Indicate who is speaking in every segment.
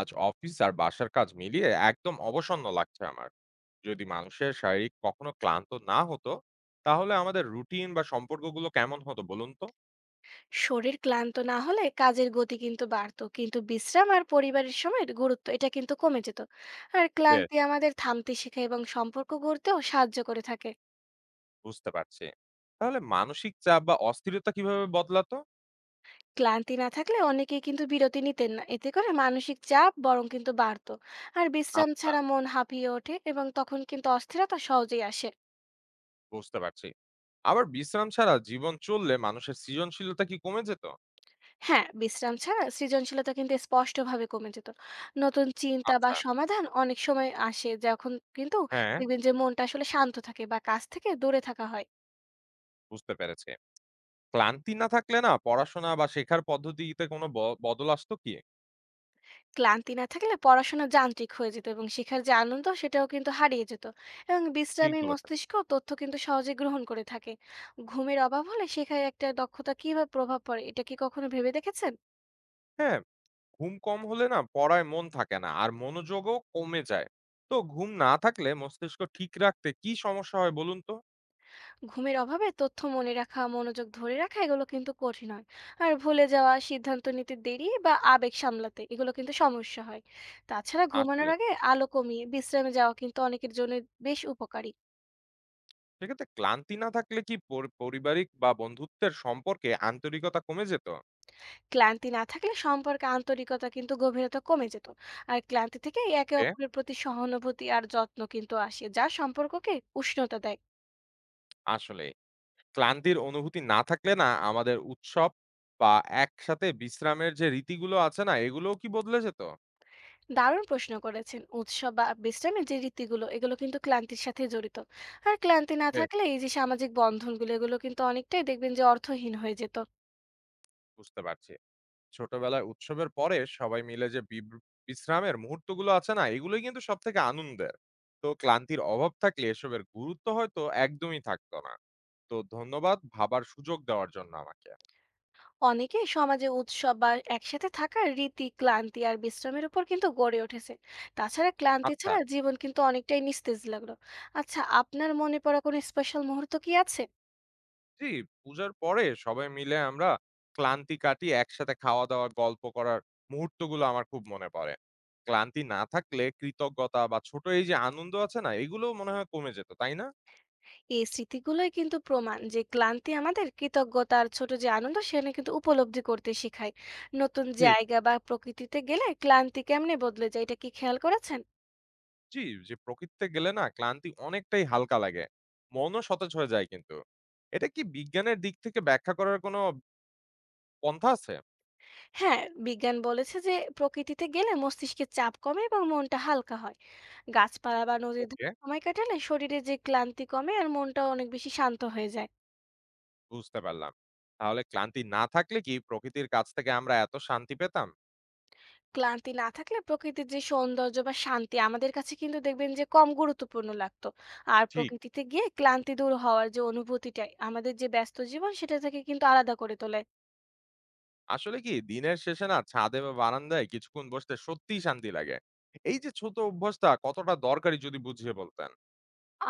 Speaker 1: আজ অফিস আর বাসার কাজ মিলিয়ে একদম অবসন্ন লাগছে আমার। যদি মানুষের শারীরিক কখনো ক্লান্ত না হতো, তাহলে আমাদের রুটিন বা সম্পর্কগুলো কেমন হতো বলুন তো।
Speaker 2: শরীর ক্লান্ত না হলে কাজের গতি কিন্তু বাড়তো, কিন্তু বিশ্রাম আর পরিবারের সময়ের গুরুত্ব এটা কিন্তু কমে যেত। আর
Speaker 1: বেশ,
Speaker 2: ক্লান্তি আমাদের থামতে শেখা এবং সম্পর্ক গড়তেও সাহায্য করে থাকে।
Speaker 1: বুঝতে পারছি। তাহলে মানসিক চাপ বা অস্থিরতা কিভাবে বদলাতো?
Speaker 2: ক্লান্তি না থাকলে অনেকেই কিন্তু বিরতি নিতেন না, এতে করে মানসিক চাপ বরং কিন্তু বাড়তো। আর বিশ্রাম
Speaker 1: আচ্ছা,
Speaker 2: ছাড়া মন হাঁপিয়ে ওঠে এবং তখন কিন্তু অস্থিরতা সহজেই আসে।
Speaker 1: বুঝতে পারছি। আবার বিশ্রাম ছাড়া জীবন চললে মানুষের সৃজনশীলতা কি কমে যেত?
Speaker 2: হ্যাঁ, বিশ্রাম ছাড়া সৃজনশীলতা কিন্তু স্পষ্টভাবে কমে যেত। নতুন চিন্তা বা
Speaker 1: আচ্ছা।
Speaker 2: সমাধান অনেক সময় আসে, যখন কিন্তু
Speaker 1: হ্যাঁ।
Speaker 2: দেখবেন যে মনটা আসলে শান্ত থাকে বা কাজ থেকে দূরে থাকা হয়।
Speaker 1: বুঝতে পেরেছি। ক্লান্তি না থাকলে না পড়াশোনা বা শেখার পদ্ধতিতে কোনো বদল আসতো কি?
Speaker 2: ক্লান্তি না থাকলে পড়াশোনা যান্ত্রিক হয়ে যেত এবং শেখার যে আনন্দ সেটাও কিন্তু হারিয়ে যেত। এবং
Speaker 1: ঠিক
Speaker 2: বিশ্রামী
Speaker 1: বলেছেন।
Speaker 2: মস্তিষ্ক তথ্য কিন্তু সহজে গ্রহণ করে থাকে। ঘুমের অভাব হলে শেখায় একটা দক্ষতা কিভাবে প্রভাব পড়ে, এটা কি কখনো ভেবে দেখেছেন?
Speaker 1: হ্যাঁ, ঘুম কম হলে না পড়ায় মন থাকে না, আর মনোযোগও কমে যায়। তো ঘুম না থাকলে মস্তিষ্ক ঠিক রাখতে কি সমস্যা হয় বলুন তো।
Speaker 2: ঘুমের অভাবে তথ্য মনে রাখা, মনোযোগ ধরে রাখা এগুলো কিন্তু কঠিন হয়। আর ভুলে যাওয়া, সিদ্ধান্ত নিতে দেরি বা আবেগ সামলাতে, এগুলো কিন্তু সমস্যা হয়। তাছাড়া ঘুমানোর
Speaker 1: আসলে,
Speaker 2: আগে আলো কমিয়ে বিশ্রামে যাওয়া কিন্তু অনেকের জন্য বেশ উপকারী।
Speaker 1: সেক্ষেত্রে ক্লান্তি না থাকলে কি পারিবারিক বা বন্ধুত্বের সম্পর্কে আন্তরিকতা কমে যেত?
Speaker 2: ক্লান্তি না থাকলে সম্পর্কে আন্তরিকতা কিন্তু গভীরতা কমে যেত। আর ক্লান্তি থেকে একে
Speaker 1: এ,
Speaker 2: অপরের প্রতি সহানুভূতি আর যত্ন কিন্তু আসে, যা সম্পর্ককে উষ্ণতা দেয়।
Speaker 1: আসলে, ক্লান্তির অনুভূতি না থাকলে না আমাদের উৎসব বা একসাথে বিশ্রামের যে রীতিগুলো আছে না, এগুলোও কি বদলে যেত?
Speaker 2: দারুণ প্রশ্ন করেছেন। উৎসব বা বিশ্রামের যে রীতিগুলো এগুলো কিন্তু ক্লান্তির সাথে জড়িত। আর ক্লান্তি না
Speaker 1: বেশ,
Speaker 2: থাকলে এই যে সামাজিক বন্ধনগুলো, এগুলো কিন্তু অনেকটাই দেখবেন যে অর্থহীন হয়ে যেত।
Speaker 1: বুঝতে পারছি। ছোটবেলায় উৎসবের পরে সবাই মিলে যে বিশ্রামের মুহূর্তগুলো আছে না, এগুলোই কিন্তু সব থেকে আনন্দের। তো ক্লান্তির অভাব থাকলে এসবের গুরুত্ব হয়তো একদমই থাকতো না। তো ধন্যবাদ ভাবার সুযোগ দেওয়ার জন্য আমাকে।
Speaker 2: অনেকে সমাজে উৎসব বা একসাথে থাকার রীতি ক্লান্তি আর বিশ্রামের উপর কিন্তু গড়ে উঠেছে। তাছাড়া ক্লান্তি
Speaker 1: আচ্ছা।
Speaker 2: ছাড়া জীবন কিন্তু অনেকটাই নিস্তেজ লাগলো। আচ্ছা, আপনার মনে পড়া কোনো স্পেশাল মুহূর্ত কি আছে?
Speaker 1: জি, পূজার পরে সবাই মিলে আমরা ক্লান্তি কাটিয়ে একসাথে খাওয়া দাওয়া গল্প করার মুহূর্তগুলো আমার খুব মনে পড়ে। ক্লান্তি না থাকলে কৃতজ্ঞতা বা ছোট এই যে আনন্দ আছে না, এগুলো মনে হয় কমে যেত, তাই না?
Speaker 2: এই স্মৃতিগুলোই কিন্তু প্রমাণ যে ক্লান্তি আমাদের কৃতজ্ঞতার ছোট যে আনন্দ সেটা কিন্তু উপলব্ধি করতে শেখায়। নতুন
Speaker 1: জি।
Speaker 2: জায়গা বা প্রকৃতিতে গেলে ক্লান্তি কেমনে বদলে যায়, এটা কি খেয়াল করেছেন?
Speaker 1: জি, যে প্রকৃতিতে গেলে না ক্লান্তি অনেকটাই হালকা লাগে। মনও সতেজ হয়ে যায় কিন্তু। এটা কি বিজ্ঞানের দিক থেকে ব্যাখ্যা করার কোনো পন্থা আছে?
Speaker 2: হ্যাঁ, বিজ্ঞান বলেছে যে প্রকৃতিতে গেলে মস্তিষ্কের চাপ কমে এবং মনটা হালকা হয়। গাছপালা বা নদীর ধারে
Speaker 1: ওকে,
Speaker 2: সময় কাটালে শরীরে যে ক্লান্তি কমে আর মনটা অনেক বেশি শান্ত হয়ে যায়।
Speaker 1: বুঝতে পারলাম। তাহলে ক্লান্তি না থাকলে কি প্রকৃতির কাছ থেকে আমরা এত শান্তি পেতাম?
Speaker 2: ক্লান্তি না থাকলে প্রকৃতির যে সৌন্দর্য বা শান্তি আমাদের কাছে কিন্তু দেখবেন যে কম গুরুত্বপূর্ণ লাগতো। আর
Speaker 1: ঠিক।
Speaker 2: প্রকৃতিতে গিয়ে ক্লান্তি দূর হওয়ার যে অনুভূতিটাই আমাদের যে ব্যস্ত জীবন সেটা থেকে কিন্তু আলাদা করে তোলে।
Speaker 1: আসলে কি দিনের শেষে না ছাদে বা বারান্দায় কিছুক্ষণ বসতে সত্যিই শান্তি লাগে। এই যে ছোট অভ্যাসটা কতটা দরকারি যদি বুঝিয়ে বলতেন।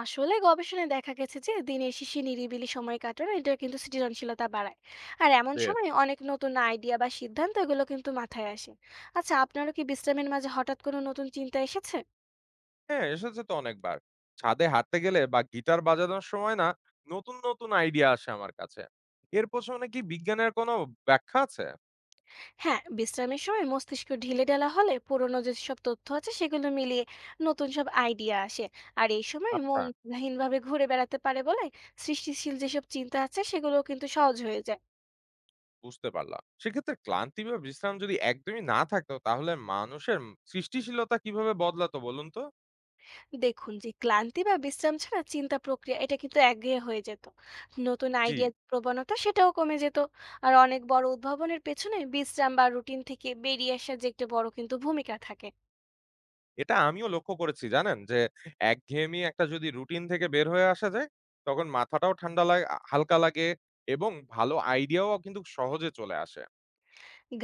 Speaker 2: আসলে গবেষণায় দেখা গেছে যে দিনের শেষে নিরিবিলি সময় কাটানো এটা কিন্তু সৃজনশীলতা বাড়ায়। আর এমন
Speaker 1: বেশ।
Speaker 2: সময় অনেক নতুন আইডিয়া বা সিদ্ধান্ত এগুলো কিন্তু মাথায় আসে। আচ্ছা, আপনারও কি বিশ্রামের মাঝে হঠাৎ কোনো নতুন চিন্তা এসেছে?
Speaker 1: হ্যাঁ, এসেছে তো অনেকবার। ছাদে হাঁটতে গেলে বা গিটার বাজানোর সময় না নতুন, নতুন আইডিয়া আসে আমার কাছে। এর পেছনে কি বিজ্ঞানের কোনো ব্যাখ্যা আছে?
Speaker 2: হ্যাঁ, বিশ্রামের সময় মস্তিষ্ক ঢিলেঢালা হলে পুরোনো যেসব তথ্য আছে সেগুলো মিলিয়ে নতুন সব আইডিয়া আসে। আর এই সময়
Speaker 1: আচ্ছা,
Speaker 2: মন ভাবে ঘুরে বেড়াতে পারে বলে সৃষ্টিশীল যেসব চিন্তা আছে সেগুলো কিন্তু সহজ হয়ে যায়।
Speaker 1: বুঝতে পারলাম। সেক্ষেত্রে ক্লান্তি বা বিশ্রাম যদি একদমই না থাকতো তাহলে মানুষের সৃষ্টিশীলতা কিভাবে বদলাতো বলুন তো?
Speaker 2: দেখুন যে ক্লান্তি বা বিশ্রাম ছাড়া চিন্তা প্রক্রিয়া এটা কিন্তু একঘেয়ে হয়ে যেত। নতুন
Speaker 1: জি,
Speaker 2: আইডিয়া প্রবণতা সেটাও কমে যেত। আর অনেক বড় উদ্ভাবনের পেছনে বিশ্রাম বা রুটিন থেকে বেরিয়ে আসার যে একটা বড় কিন্তু ভূমিকা থাকে।
Speaker 1: এটা আমিও লক্ষ্য করেছি জানেন যে একঘেয়েমি একটা যদি রুটিন থেকে বের হয়ে আসা যায়, তখন মাথাটাও ঠান্ডা লাগ আ হালকা লাগে এবং ভালো আইডিয়াও কিন্তু সহজে চলে আসে।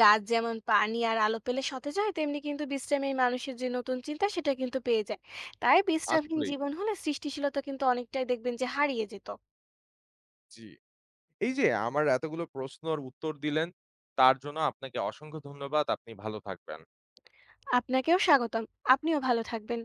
Speaker 2: গাছ যেমন পানি আর আলো পেলে সতেজ হয়, তেমনি কিন্তু বিশ্রামে মানুষের যে নতুন চিন্তা সেটা কিন্তু পেয়ে যায়। তাই বিশ্রামহীন
Speaker 1: আসলেই,
Speaker 2: জীবন হলে সৃষ্টিশীলতা কিন্তু অনেকটাই দেখবেন যে হারিয়ে যেত।
Speaker 1: জি। এই যে আমার এতগুলো প্রশ্নর উত্তর দিলেন, তার জন্য আপনাকে অসংখ্য ধন্যবাদ। আপনি ভালো থাকবেন।
Speaker 2: আপনাকেও স্বাগতম। আপনিও ভালো থাকবেন।